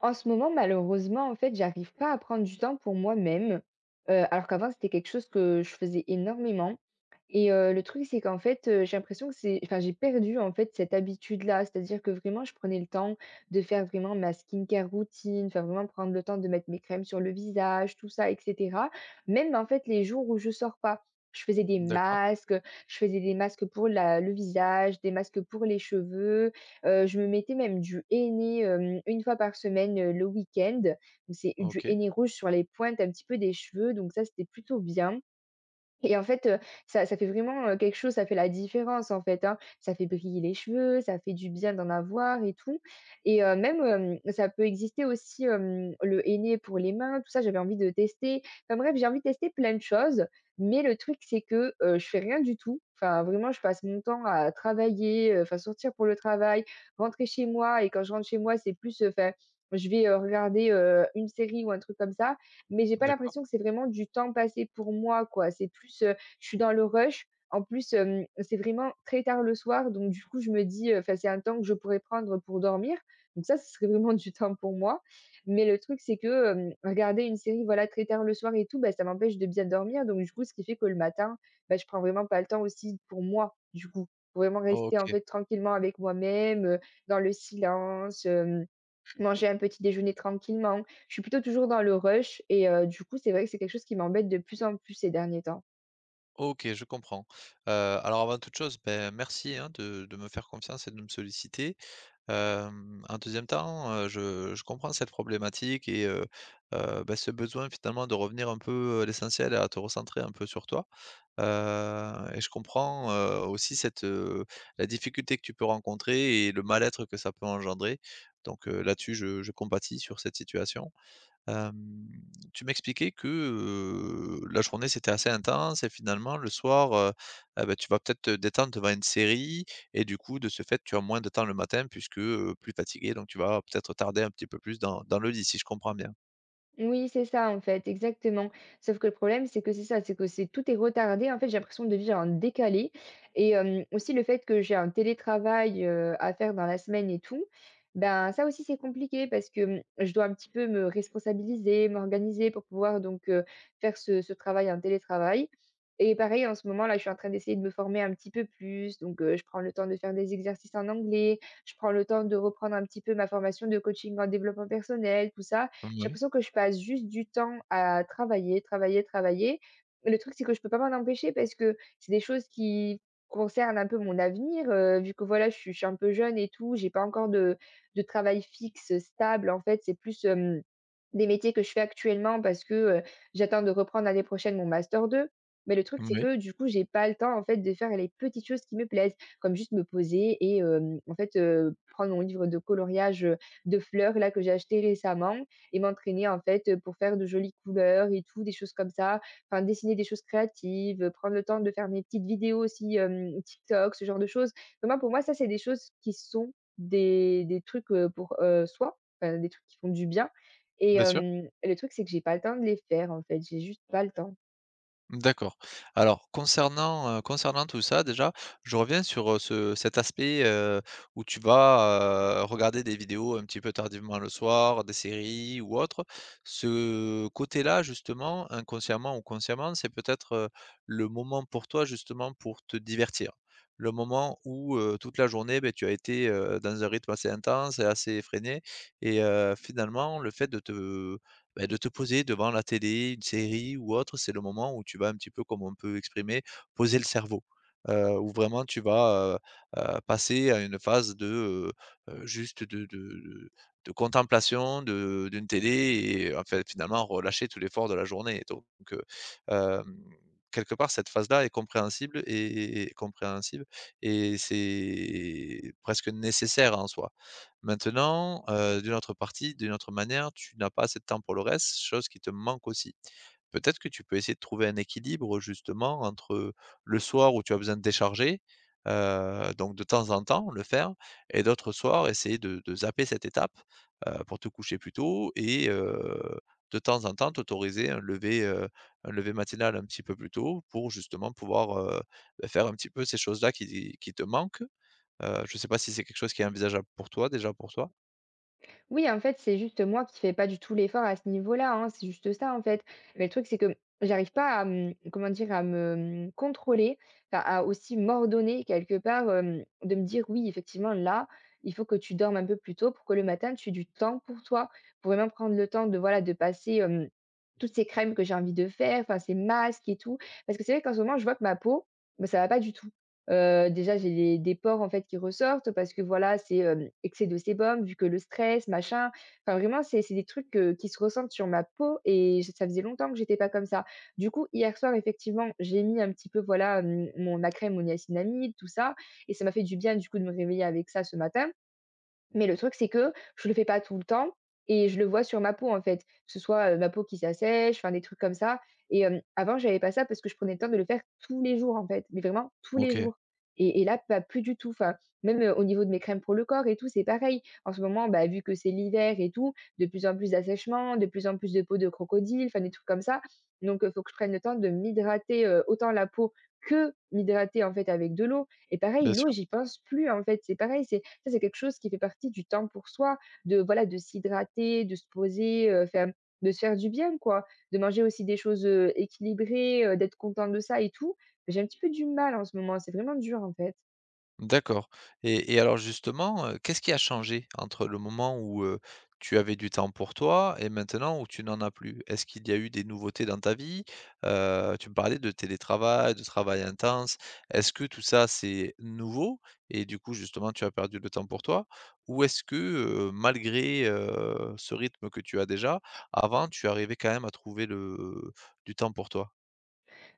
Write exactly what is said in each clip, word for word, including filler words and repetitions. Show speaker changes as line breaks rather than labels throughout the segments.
En ce moment, malheureusement, en fait, j'arrive pas à prendre du temps pour moi-même, heu, alors qu'avant, c'était quelque chose que je faisais énormément. Et heu, le truc, c'est qu'en fait, heu, j'ai l'impression que c'est enfin, j'ai perdu, en fait, cette habitude-là. C'est-à-dire que vraiment, je prenais le temps de faire vraiment ma skincare routine, enfin, vraiment prendre le temps de mettre mes crèmes sur le visage, tout ça et cetera. Même, en fait, les jours où je sors pas, je faisais des
D'accord,
masques, je faisais des masques pour la le visage, des masques pour les cheveux, heu, je me mettais même du henné, hem, une fois par semaine, heu, le week-end. Donc, c'est du
OK,
henné rouge sur les pointes un petit peu des cheveux, donc ça, c'était plutôt bien. Et en fait, heu, ça ça fait vraiment, heu, quelque chose, ça fait la différence, en fait, hein. Ça fait briller les cheveux, ça fait du bien d'en avoir et tout et heu, même, hem, ça peut exister aussi, hem, le henné pour les mains, tout ça, j'avais envie de tester. Enfin bref, j'ai envie de tester plein de choses, mais le truc, c'est que, heu, je fais rien du tout. Enfin, vraiment, je passe mon temps à travailler, heu, enfin sortir pour le travail, rentrer chez moi et quand je rentre chez moi, c'est plus, heu, enfin, je vais, heu, regarder, heu, une série ou un truc comme ça, mais j'ai pas
d'accord,
l'impression que c'est vraiment du temps passé pour moi, quoi. C'est plus, heu, je suis dans le rush. En plus, hem, c'est vraiment très tard le soir, donc du coup, je me dis, heu, enfin, c'est un temps que je pourrais prendre pour dormir, donc ça, ce serait vraiment du temps pour moi. Mais le truc, c'est que, hem, regarder une série, voilà, très tard le soir et tout, bah, ça m'empêche de bien dormir, donc du coup, ce qui fait que le matin, bah, je prends vraiment pas le temps aussi pour moi, du coup, pour vraiment rester, en
OK,
fait, tranquillement avec moi-même, heu, dans le silence. Hem Manger un petit déjeuner tranquillement. Je suis plutôt toujours dans le rush et heu, du coup, c'est vrai que c'est quelque chose qui m'embête de plus en plus ces derniers temps.
OK, je comprends. Heu, alors avant toute chose, ben merci, hein, de de me faire confiance et de me solliciter. Hem, en deux temps, heu, je je comprends cette problématique et heu heu, bah, ce besoin finalement de revenir un peu à l'essentiel et à te recentrer un peu sur toi. Heu et je comprends, heu, aussi cette, heu, la difficulté que tu peux rencontrer et le mal-être que ça peut engendrer. Donc heu, là-dessus, je je compatis sur cette situation. Hem, Tu m'expliquais que, heu, la journée c'était assez intense et finalement le soir, heu, ah bah, tu vas peut-être te détendre devant une série et du coup de ce fait tu as moins de temps le matin puisque, heu, plus fatigué donc tu vas peut-être tarder un petit peu plus dans dans le lit si je comprends bien?
Oui, c'est ça, en fait, exactement. Sauf que le problème, c'est que c'est ça, c'est que c'est tout est retardé. En fait, j'ai l'impression de vivre en décalé. Et euh, aussi le fait que j'ai un télétravail euh, à faire dans la semaine et tout, ben ça aussi c'est compliqué parce que hum, je dois un petit peu me responsabiliser, m'organiser pour pouvoir donc euh, faire ce, ce travail en télétravail. Et pareil, en ce moment là, je suis en train d'essayer de me former un petit peu plus. Donc, euh, je prends le temps de faire des exercices en anglais, je prends le temps de reprendre un petit peu ma formation de coaching en développement personnel, tout ça. J'ai
Oui,
l'impression que je passe juste du temps à travailler, travailler, travailler. Le truc, c'est que je peux pas m'en empêcher parce que c'est des choses qui concernent un peu mon avenir, heu, vu que voilà, je suis je suis un peu jeune et tout, j'ai pas encore de de travail fixe, stable. En fait, c'est plus, hem, des métiers que je fais actuellement parce que, heu, j'attends de reprendre l'année prochaine mon master deux. Mais le truc, c'est
moui,
que du coup, j'ai pas le temps, en fait, de faire les petites choses qui me plaisent, comme juste me poser et hem, en fait, heu, prendre mon livre de coloriage, heu, de fleurs là que j'ai acheté récemment et m'entraîner en fait, pour faire de jolies couleurs et tout, des choses comme ça. Enfin, dessiner des choses créatives, prendre le temps de faire mes petites vidéos aussi, hem, TikTok, ce genre de choses. Vraiment pour moi, ça, c'est des choses qui sont des des trucs, heu, pour, heu, soi, enfin des trucs qui font du bien et
bien sûr.
hem, le truc, c'est que j'ai pas le temps de les faire en fait, j'ai juste pas le temps.
D'accord. Alors concernant, heu, concernant tout ça déjà, je reviens sur, heu, ce cet aspect, heu, où tu vas, heu, regarder des vidéos un petit peu tardivement le soir, des séries ou autre. Ce côté-là justement, inconsciemment ou consciemment, c'est peut-être, heu, le moment pour toi justement pour te divertir. Le moment où, heu, toute la journée, beh, tu as été, heu, dans un rythme assez intense et assez effréné et heu, finalement le fait de te beh, de te poser devant la télé, une série ou autre, c'est le moment où tu vas un petit peu, comme on peut exprimer, poser le cerveau. Heu, où vraiment tu vas, heu heu, passer à une phase de, heu heu, juste de de de de contemplation de d'une télé et en fait, finalement, relâcher tout l'effort de la journée. Donc heu, hem, quelque part, cette phase-là est compréhensible et et et compréhensible et c'est presque nécessaire en soi. Maintenant, heu, d'une autre partie, d'une autre manière, tu n'as pas assez de temps pour le reste, chose qui te manque aussi. Peut-être que tu peux essayer de trouver un équilibre justement entre le soir où tu as besoin de décharger, heu, donc de temps en temps le faire et d'autres soirs essayer de de zapper cette étape, heu, pour te coucher plus tôt et heu, de temps en temps t'autoriser un lever, heu, un lever matinal un petit peu plus tôt pour justement pouvoir, heu, bah, faire un petit peu ces choses-là qui qui te manquent. Heu, je ne sais pas si c'est quelque chose qui est envisageable pour toi, déjà pour toi?
Oui, en fait, c'est juste moi qui fais pas du tout l'effort à ce niveau-là, hein, c'est juste ça, en fait. Mais le truc, c'est que j'arrive pas à me, comment dire, à me contrôler, enfin, à aussi m'ordonner quelque part, euh, de me dire, oui, effectivement, là, il faut que tu dormes un peu plus tôt pour que le matin, tu aies du temps pour toi, pour vraiment prendre le temps de, voilà, de passer, euh, toutes ces crèmes que j'ai envie de faire, enfin, ces masques et tout. Parce que c'est vrai qu'en ce moment, je vois que ma peau, ben, ça va pas du tout. Heu, déjà j'ai des des pores en fait qui ressortent parce que voilà, c'est, hem, excès de sébum vu que le stress machin. Enfin vraiment c'est c'est des trucs, heu, qui se ressentent sur ma peau et j ça faisait longtemps que j'étais pas comme ça. Du coup, hier soir effectivement, j'ai mis un petit peu voilà, hem, mon ma crème, mon niacinamide, tout ça, et ça m'a fait du bien du coup de me réveiller avec ça ce matin. Mais le truc, c'est que je le fais pas tout le temps et je le vois sur ma peau, en fait, que ce soit, heu, ma peau qui s'assèche, enfin des trucs comme ça, et hem, avant, j'avais pas ça parce que je prenais le temps de le faire tous les jours, en fait, mais vraiment tous les
OK,
jours, et et là, pas plus du tout, enfin, même, heu, au niveau de mes crèmes pour le corps et tout, c'est pareil. En ce moment, bah, vu que c'est l'hiver et tout, de plus en plus d'assèchement, de plus en plus de peau de crocodile, enfin des trucs comme ça, donc heu, faut que je prenne le temps de m'hydrater, heu, autant la peau que m'hydrater, en fait, avec de l'eau, et pareil,
bien
l'eau,
sûr.
j'y pense plus, en fait. C'est pareil, c'est ça, c'est quelque chose qui fait partie du temps pour soi, de voilà, de s'hydrater, de se poser, heu, faire, de se faire du bien, quoi. De manger aussi des choses, heu, équilibrées, heu, d'être content de ça et tout. Mais j'ai un petit peu du mal en ce moment, c'est vraiment dur, en fait.
D'accord, et et alors justement, heu, qu'est-ce qui a changé entre le moment où, heu, tu avais du temps pour toi et maintenant où tu n'en as plus? Est-ce qu'il y a eu des nouveautés dans ta vie? Heu, tu me parlais de télétravail, de travail intense. Est-ce que tout ça, c'est nouveau et du coup, justement, tu as perdu le temps pour toi? Ou est-ce que, heu, malgré, heu, ce rythme que tu as déjà, avant, tu arrivais quand même à trouver le du temps pour toi?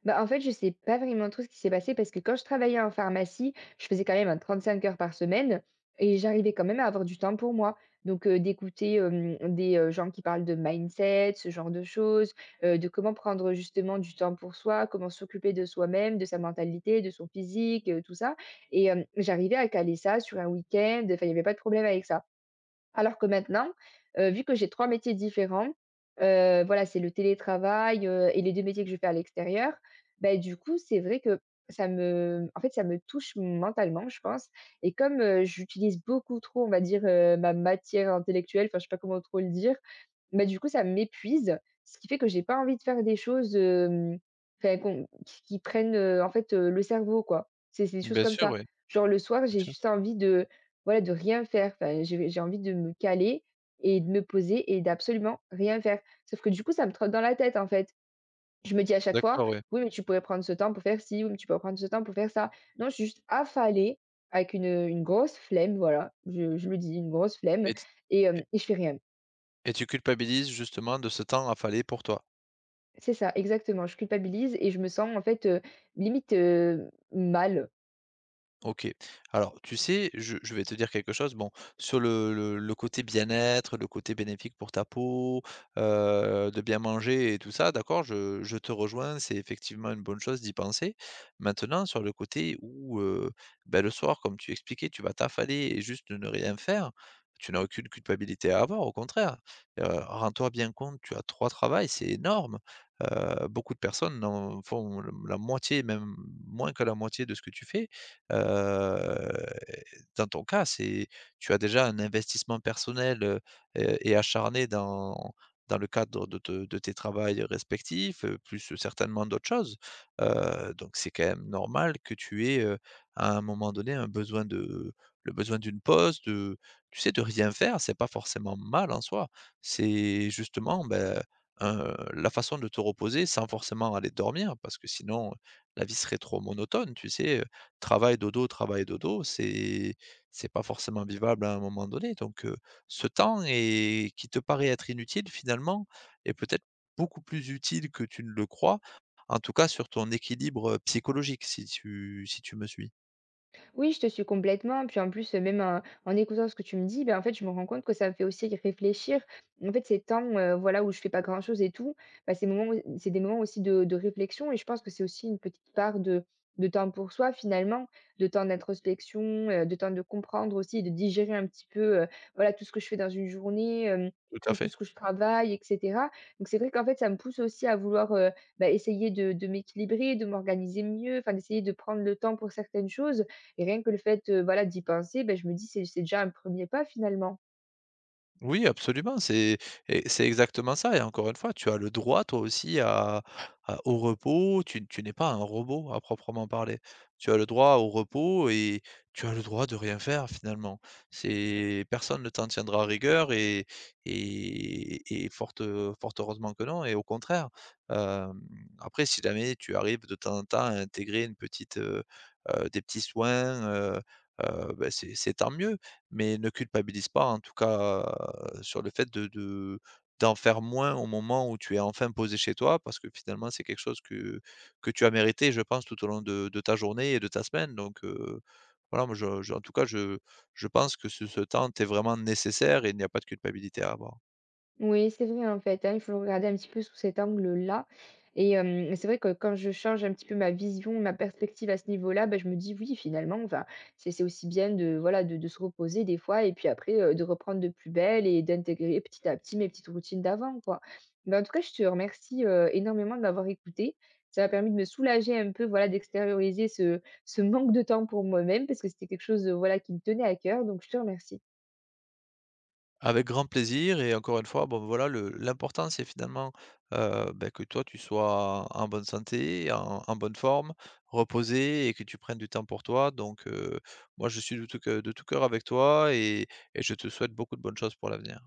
Bah, en fait, je sais pas vraiment trop ce qui s'est passé parce que quand je travaillais en pharmacie, je faisais quand même un trente-cinq heures par semaine et j'arrivais quand même à avoir du temps pour moi. Donc, euh, d'écouter euh, des euh, gens qui parlent de mindset, ce genre de choses, euh, de comment prendre justement du temps pour soi, comment s'occuper de soi-même, de sa mentalité, de son physique, euh, tout ça. Et euh, j'arrivais à caler ça sur un week-end. Enfin, il n'y avait pas de problème avec ça. Alors que maintenant, heu, vu que j'ai trois métiers différents, heu, voilà, c'est le télétravail, heu et les deux métiers que je fais à l'extérieur, ben du coup, c'est vrai que ça me en fait, ça me touche mentalement, je pense, et comme, heu, j'utilise beaucoup trop, on va dire, heu, ma matière intellectuelle, enfin, je sais pas comment trop le dire, bah, du coup, ça m'épuise, ce qui fait que j'ai pas envie de faire des choses, hem, enfin qu'on qui qui prennent, heu, en fait, heu, le cerveau, quoi. C'est c'est des choses
Bien
comme
sûr,
ça.
oui,
Genre le soir,
bien
j'ai
sûr.
juste envie de, voilà, de rien faire. Enfin, j'ai j'ai envie de me caler et de me poser et d'absolument rien faire. Sauf que du coup, ça me trotte dans la tête, en fait. Je me dis à chaque fois:
D'accord, oui.
«Oui, mais tu pourrais prendre ce temps pour faire ci, oui, mais tu pourrais prendre ce temps pour faire ça». Non, je suis juste affalée avec une, une grosse flemme, voilà, je je le dis, une grosse flemme, et hem et je fais rien.
Et tu culpabilises justement de ce temps affalé pour toi?
C'est ça, exactement. Je culpabilise et je me sens en fait, heu, limite, heu, mal.
OK. Alors, tu sais, je je vais te dire quelque chose, bon, sur le le le côté bien-être, le côté bénéfique pour ta peau, heu, de bien manger et tout ça, d'accord, je je te rejoins, c'est effectivement une bonne chose d'y penser. Maintenant, sur le côté où, heu, bah, le soir, comme tu expliquais, tu vas t'affaler et juste ne rien faire, tu n'as aucune culpabilité à avoir, au contraire. Heu, rends-toi bien compte, tu as trois travails, c'est énorme. Heu, beaucoup de personnes en font la moitié, même moins que la moitié de ce que tu fais. Heu, Dans ton cas, c'est tu as déjà un investissement personnel, heu, heu et acharné dans dans le cadre de te de tes travails respectifs, heu, plus certainement d'autres choses. Heu, donc c'est quand même normal que tu aies, heu, à un moment donné, un besoin de le besoin d'une pause, de tu sais, de rien faire, c'est pas forcément mal en soi. C'est justement, ben, heu, la façon de te reposer sans forcément aller dormir parce que sinon la vie serait trop monotone, tu sais? Travail, dodo, travail, dodo, c'est c'est pas forcément vivable à un moment donné. Donc, heu, ce temps est qui te paraît être inutile finalement est peut-être beaucoup plus utile que tu ne le crois, en tout cas sur ton équilibre, heu, psychologique si tu si tu me suis?
Oui, je te suis complètement. Puis en plus, heu, même, heu, en écoutant ce que tu me dis, ben en fait, je me rends compte que ça me fait aussi réfléchir. En fait, ces temps, heu, voilà, où je fais pas grand-chose et tout, bah, ces moments où c'est des moments aussi de de réflexion, et je pense que c'est aussi une petite part de de temps pour soi finalement, de temps d'introspection, heu, de temps de comprendre aussi, de digérer un petit peu, heu, voilà, tout ce que je fais dans une journée, hem,
Tout à
tout tout
fait.
ce que je travaille et cetera. Donc c'est vrai qu'en fait, ça me pousse aussi à vouloir, heu, bah, essayer de de m'équilibrer, de m'organiser mieux, enfin d'essayer de prendre le temps pour certaines choses, et rien que le fait, heu, voilà, d'y penser, ben je me dis: «C'est c'est déjà un premier pas finalement».
Oui, absolument, c'est et c'est exactement ça et encore une fois, tu as le droit toi aussi à à au repos, tu tu n'es pas un robot à proprement parler. Tu as le droit au repos et tu as le droit de rien faire finalement. C'est personne ne t'en tiendra rigueur et et et fort heu, fort heureusement que non et au contraire, hem, après si jamais tu arrives de temps en temps à intégrer une petite, heu heu, des petits soins, heu heu, bah, c'est c'est tant mieux, mais ne culpabilise pas en tout cas heu, sur le fait de de d'en faire moins au moment où tu es enfin posé chez toi, parce que finalement, c'est quelque chose que que tu as mérité, je pense, tout au long de de ta journée et de ta semaine, donc heu, voilà, moi je je en tout cas, je je pense que ce ce temps t'est vraiment nécessaire et il n'y a pas de culpabilité à avoir.
Oui, c'est vrai, en fait, hein, il faut le regarder un petit peu sous cet angle-là, et hem, c'est vrai que quand je change un petit peu ma vision, ma perspective à ce niveau-là, bah, je me dis: «Oui, finalement, enfin, c'est c'est aussi bien de, voilà, de de se reposer des fois et puis après, heu, de reprendre de plus belle et d'intégrer petit à petit mes petites routines d'avant, quoi». Mais en tout cas, je te remercie, heu, énormément de m'avoir écoutée. Ça m'a permis de me soulager un peu, voilà, d'extérioriser ce ce manque de temps pour moi-même parce que c'était quelque chose, heu, voilà, qui me tenait à cœur, donc je te remercie.
Avec grand plaisir et encore une fois, bon voilà, le l'important c'est finalement, heu, bah, que toi tu sois en bonne santé, en en bonne forme, reposé et que tu prennes du temps pour toi donc heu, moi je suis de tout cœur de tout cœur avec toi et et je te souhaite beaucoup de bonnes choses pour l'avenir.